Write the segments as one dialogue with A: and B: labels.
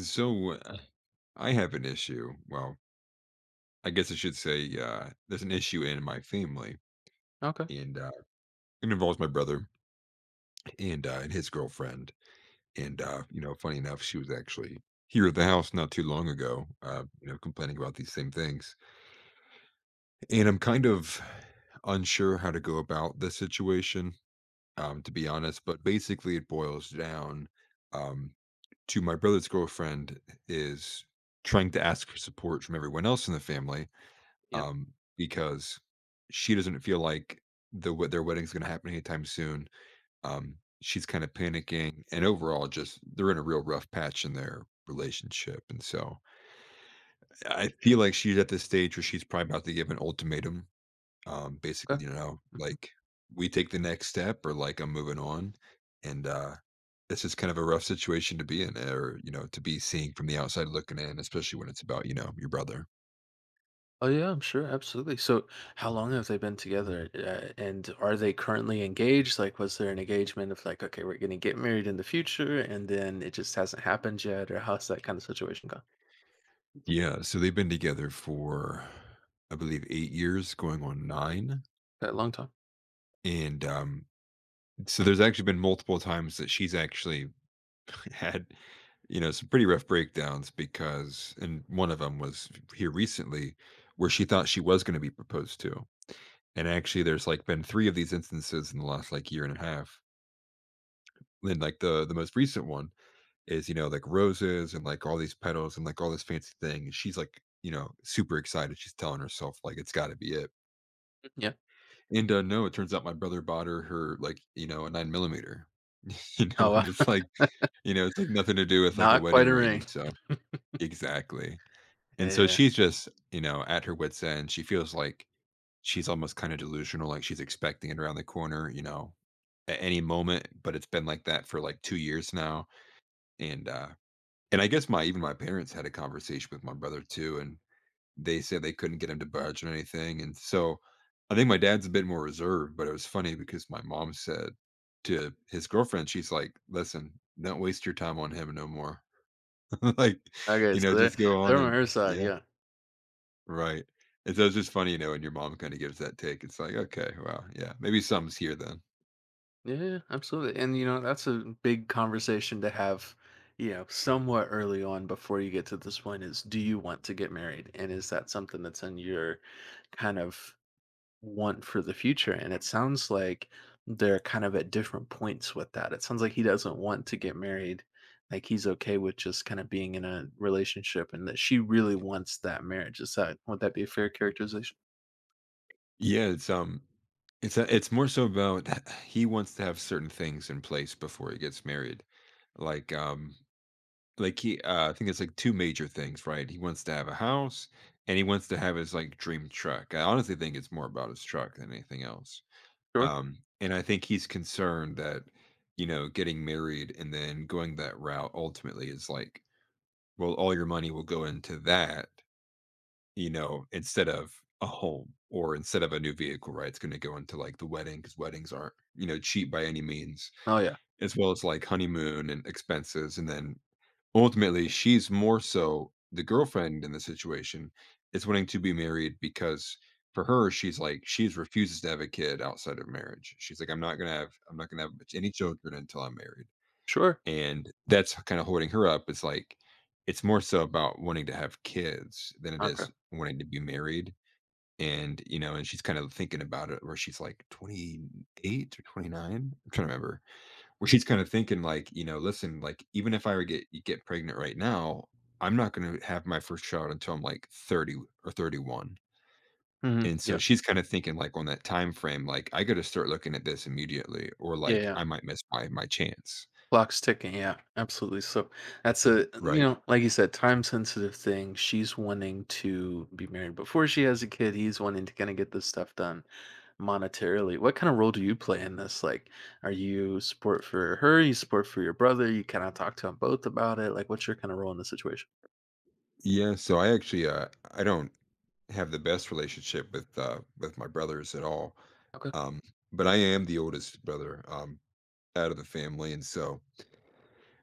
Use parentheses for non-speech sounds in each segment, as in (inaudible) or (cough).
A: So uh, I have an issue. Well, I guess I should say there's an issue in my family,
B: Okay.
A: and it involves my brother and his girlfriend. And You know, funny enough, she was actually here at the house not too long ago. You know, complaining about these same things, and I'm kind of unsure how to go about this situation, to be honest. But basically, it boils down um, to my brother's girlfriend is trying to ask for support from everyone else in the family
B: Yeah.
A: because she doesn't feel like their wedding's gonna happen anytime soon. She's kinda panicking, and overall, just they're in a real rough patch in their relationship, and so I feel like she's at this stage where she's probably about to give an ultimatum, basically,
B: Okay.
A: you know,
B: Mhm.
A: like, "We take the next step or, like, I'm moving on," and, uh, this is kind of a rough situation to be in or, you know, to be seeing from the outside looking in, especially when it's about, you know, your brother.
B: Oh yeah, I'm sure. Absolutely. So, how long have they been together, and are they currently engaged? Like, was there an engagement of like, okay, we're going to get married in the future, and then it just hasn't happened yet, or how's that kind of situation gone?
A: Yeah, so they've been together for, I believe, 8 years, going on 9,
B: A long time.
A: and, um, so there's actually been multiple times that she's actually (laughs) had, you know, some pretty rough breakdowns because and one of them was here recently where she thought she was gonna be proposed to, and actually, there's, like, been 3 of these instances in the last, like, year and a half, and, like, the most recent one is, you know, like roses and like all these petals and like all this fancy thing. And she's like, you know, super excited. She's telling herself like it's got to be it.
B: Yeah.
A: And No, it turns out my brother bought her like you know a 9mm. (laughs) You know,
B: Oh, wow.
A: and it's
B: (laughs)
A: like you know it's like nothing to do with like a
B: Not quite
A: wedding
B: a
A: ring.
B: ring.
A: And so exactly. And so
B: Yeah.
A: she's just you know at her wits end. She feels like she's almost kind of delusional. Like she's expecting it around the corner. You know, at any moment. But it's been like that for like 2 years now. And uh, And I guess my even my parents had a conversation with my brother too, and they said they couldn't get him to budge on anything, and so, I think my dad's a bit more reserved, but it was funny because my mom said to his girlfriend, she's like, "Listen, don't waste your time on him no more." (laughs) Like,
B: Okay,
A: you know,
B: so they're
A: just go on
B: on
A: and
B: her side.
A: yeah,
B: Yeah.
A: right. And so it's just funny, you know, when your mom kinda gives that take, it's like, "Okay, well, yeah, maybe something's here then."
B: Yeah, absolutely. And that's a big conversation to have, somewhat early on before you get to this point is do you want to get married? And is that something that's in your kind of want for the future? And it sounds like they're kind of at different points with that. It sounds like he doesn't want to get married. Like he's okay with just kind of being in a relationship and that she really wants that marriage. Is that Would that be a fair characterization?
A: Yeah, it's more so about (sighs) he wants to have certain things in place before he gets married, like um, like he I think it's like two major things, right? He wants to have a house, and he wants to have his like dream truck. I honestly think it's more about his truck than anything else.
B: Sure.
A: And I think he's concerned that you know getting married and then going that route ultimately is like, well, all your money will go into that, you know, instead of a home or instead of a new vehicle, right? It's going to go into like the wedding because weddings aren't, you know, cheap by any means,
B: Oh yeah.
A: as well as like honeymoon and expenses. And then ultimately, she's more so the girlfriend in the situation is wanting to be married because for her, she's like, she's refuses to have a kid outside of marriage. She's like, I'm not going to have any children until I'm married.
B: Sure.
A: And that's kind of holding her up. It's like, it's more so about wanting to have kids than it
B: Okay.
A: is wanting to be married and, you know, and she's kind of thinking about it where she's like 28 or 29. I'm trying to remember. Where she's kind of thinking like, you know, listen, like even if I were get pregnant right now, I'm not going to have my first child until I'm like 30 or 31.
B: Hmm.
A: And
B: Yeah.
A: so she's kind of thinking like on that time frame like I got to start looking at this immediately or
B: Yeah,
A: like
B: yeah.
A: I might miss my chance.
B: Clock's ticking, yeah, absolutely. So that's a,
A: Right.
B: like you said, time sensitive thing. She's wanting to be married before she has a kid. He's wanting to kind of get this stuff done monetarily. What kind of role do you play in this? Like, are you support for her? You support for your brother? You kind of talk to them both about it. Like, what's your kind of role in the situation?
A: Yeah, so I actually I don't have the best relationship with my brothers at all.
B: Okay.
A: Um but I am the oldest brother. Out of the family. And so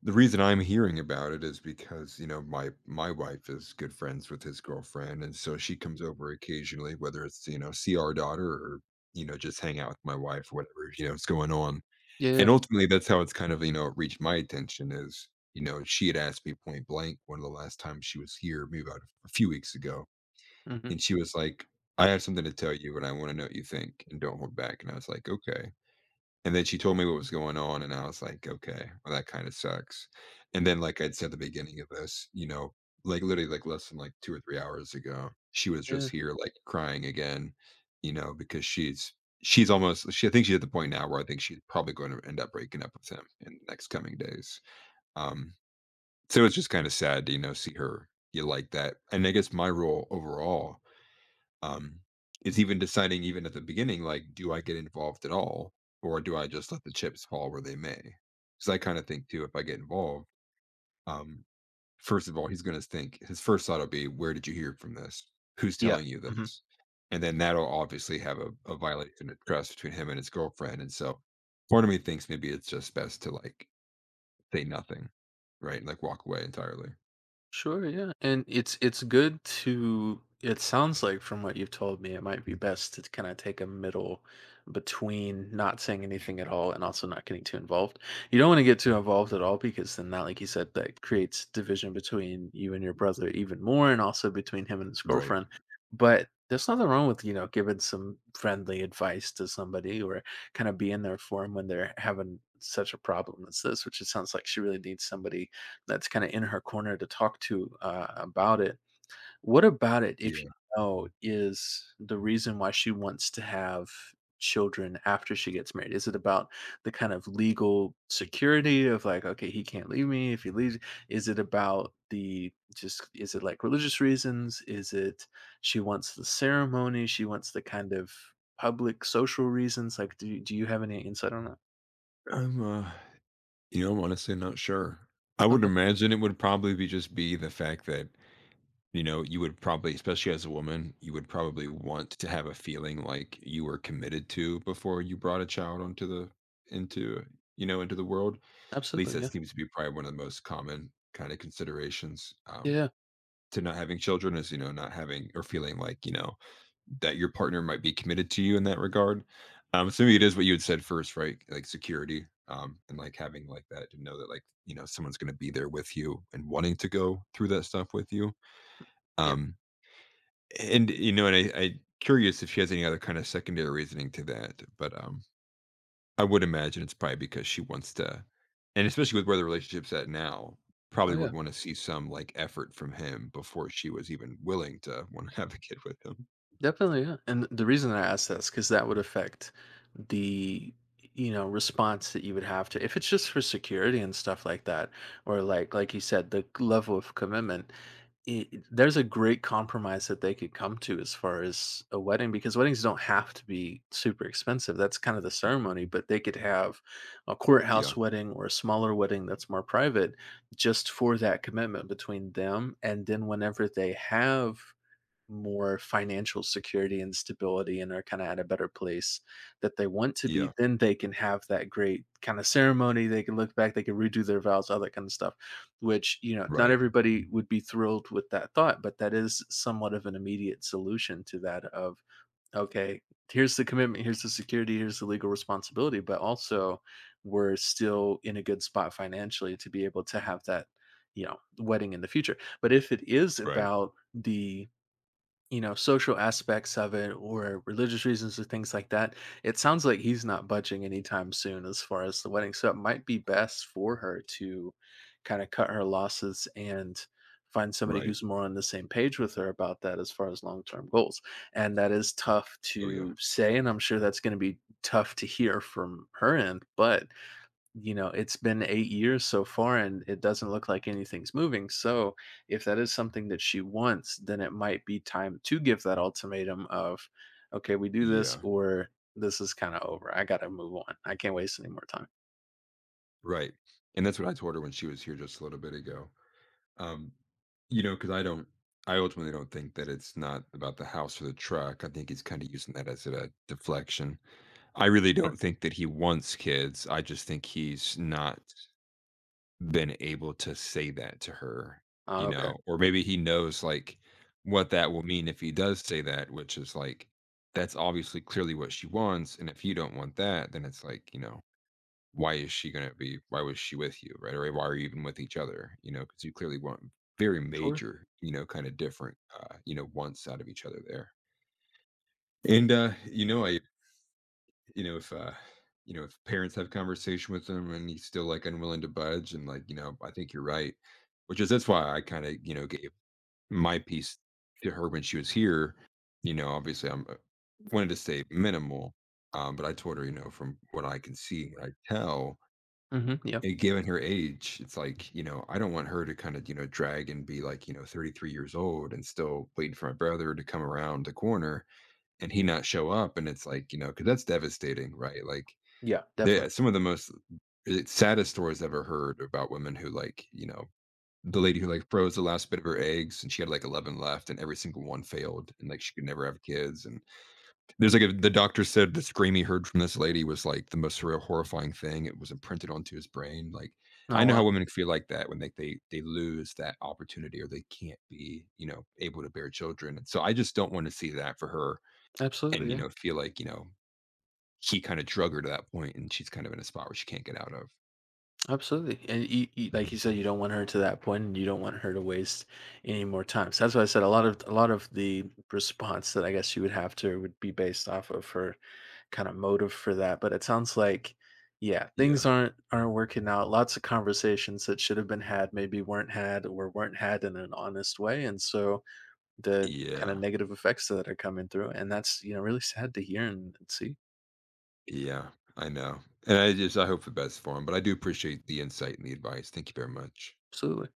A: the reason I'm hearing about it is because, you know, my wife is good friends with his girlfriend. And so she comes over occasionally, whether it's, you know, see our daughter or, you know, just hang out with my wife, whatever, you know, is going on.
B: Yeah.
A: And ultimately that's how it's kind of, you know, it reached my attention is, you know, she had asked me point blank one of the last times she was here, maybe about a few weeks ago.
B: Hmm.
A: And she was like, I have something to tell you and I want to know what you think and don't hold back. And I was like, okay. And then she told me what was going on, and I was like, "Okay, well, that kinda sucks." And then, like I'd said at the beginning of this, you know, like, literally, like, less than, like, 2 or 3 hours ago, she was
B: Yeah.
A: just here, like, crying again, you know, because she's almost she I think she's at the point now where I think she's probably gonna end up breaking up with him in the next coming days. Um, so it's just kinda sad to, you know, see her, you like that. And I guess my role overall um, it's even deciding even at the beginning, like, do I get involved at all? Or do I just let the chips fall where they may? Because I kind of think too, if I get involved, um, first of all, he's gonna think his first thought will be, where did you hear from this? Who's
B: Yeah.
A: telling you
B: Mhm.
A: this? And then that'll obviously have a violation of trust between him and his girlfriend. And so part of me thinks maybe it's just best to like say nothing, right? Like walk away entirely.
B: Sure, yeah. And it's good to it sounds like from what you've told me, it might be best to kind of take a middle between not saying anything at all and also not getting too involved. You don't want to get too involved at all because then that, like you said, that creates division between you and your brother even more and also between him and his
A: Right.
B: girlfriend. But there's nothing wrong with, giving some friendly advice to somebody or kind of being there for them when they're having such a problem as this, which it sounds like she really needs somebody that's kind of in her corner to talk to about it. What about it, if you
A: Yeah.
B: know, is the reason why she wants to have children after she gets married? Is it about the kind of legal security of like, okay, he can't leave me if he leaves? Is it about the just, Is it like religious reasons? Is it she wants the ceremony? She wants the kind of public social reasons? Like, do you have any insight on that?
A: I'm You know, I'm honestly not sure. I would
B: Okay,
A: imagine it would probably be the fact that, you know, you would probably, especially as a woman, you would probably want to have a feeling like you were committed to before you brought a child onto the into, you know, into the world. At least
B: absolutely.
A: that
B: Yeah.
A: seems to be probably one of the most common kind of considerations.
B: Yeah. Yeah,
A: To not having children is, you know, not having or feeling like, you know, that your partner might be committed to you in that regard. So maybe it is what you had said first, right? Like security, and like having like that to know that like, you know, someone's gonna be there with you and wanting to go through that stuff with you.
B: yeah.
A: Um, and you know, and I curious if she has any other kind of secondary reasoning to that, but I would imagine it's probably because she wants to and especially with where the relationship's at now,
B: Oh,
A: probably
B: yeah.
A: would wanna see some, like, effort from him before she was even willing to wanna (laughs) have a kid with him.
B: Definitely, yeah. And the reason that I asked that is because that would affect the, response that you would have to if it's just for security and stuff like that, or like you said, the level of commitment. There's a great compromise that they could come to as far as a wedding because weddings don't have to be super expensive. That's kind of the ceremony, but they could have a courthouse
A: Yeah,
B: wedding or a smaller wedding that's more private just for that commitment between them. And then whenever they have more financial security and stability and are kind of at a better place that they want to be,
A: yeah,
B: then they can have that great kind of ceremony. They can look back, they can redo their vows, all that kind of stuff, which, not
A: right,
B: everybody would be thrilled with that thought, but that is somewhat of an immediate solution to that of, okay, here's the commitment, here's the security, here's the legal responsibility, but also we're still in a good spot financially to be able to have that, wedding in the future. But if it is
A: right,
B: about the, social aspects of it or religious reasons or things like that, it sounds like he's not budging anytime soon as far as the wedding. So it might be best for her to kind of cut her losses and find somebody
A: right.
B: who's more on the same page with her about that as far as long-term goals. And that is tough
A: Oh, yeah.
B: to say, and I'm sure that's going to be tough to hear from her end, but it's been 8 years so far and it doesn't look like anything's moving. So, if that is something that she wants, then it might be time to give that ultimatum of, okay, we do this
A: Yeah,
B: or this is kind of over. I got to move on. I can't waste any more time.
A: right, and that's what I told her when she was here just a little bit ago. Um, you know, because I ultimately don't think that it's not about the house or the truck, I think he's kinda using that as a deflection. I really
B: Sure.
A: don't think that he wants kids, I just think he's not been able to say that to her,
B: Oh,
A: you
B: okay.
A: know, or maybe he knows like what that will mean if he does say that, which is like that's obviously clearly what she wants. And if you don't want that, then it's like, you know, why is she gonna be why was she with you? Right. Or why are you even with each other? You know, because you clearly want very
B: Sure.
A: major, you know, kind of different you know, wants out of each other there. And you know, I You know, if you know, if parents have conversation with him and he's still like unwilling to budge and like, you know, I think you're right. Which is that's why I kind of, you know, gave my piece to her when she was here. You know, obviously I'm wanted to say minimal, but I told her, you know, from what I can see, what I tell,
B: Hmm. Yeah.
A: and given her age, it's like, you know, I don't want her to kind of, you know, drag and be like, you know, 33 years old and still waiting for my brother to come around the corner and he not show up. And it's like, you know, because that's devastating, right? Like
B: Yeah.
A: they
B: Definitely.
A: some of the most saddest stories I've ever heard about women who, like, you know the lady who, like, froze the last bit of her eggs, and she had, like, 11 left, and every single one failed, and, like, she could never have kids, and there's, like, a the doctor said the scream he heard from this lady was, like, the most surreal, horrifying thing. It was imprinted onto his brain, like, I
B: Oh,
A: know
B: wow.
A: how women feel like that when they lose that opportunity or they can't be, you know, able to bear children, and so I just don't wanna see that for her
B: Absolutely.
A: and, you
B: Yeah.
A: know, feel like, you know, he kinda drug her to that point, and she's kind of in a spot where she can't get out of.
B: Absolutely. And like you said, you don't want her to that point and you don't want her to waste any more time. So that's why I said a lot of the response that I guess you would have to her would be based off of her kind of motive for that, but it sounds like yeah,
A: Yeah,
B: things aren't working out. Lots of conversations that should have been had maybe weren't had or weren't had in an honest way, and so the kind of
A: yeah,
B: negative effects that are coming through, and that's, really sad to hear and see.
A: yeah, I know, and I just I hope the best for him, but I do appreciate the insight and the advice. Thank you very much.
B: Absolutely.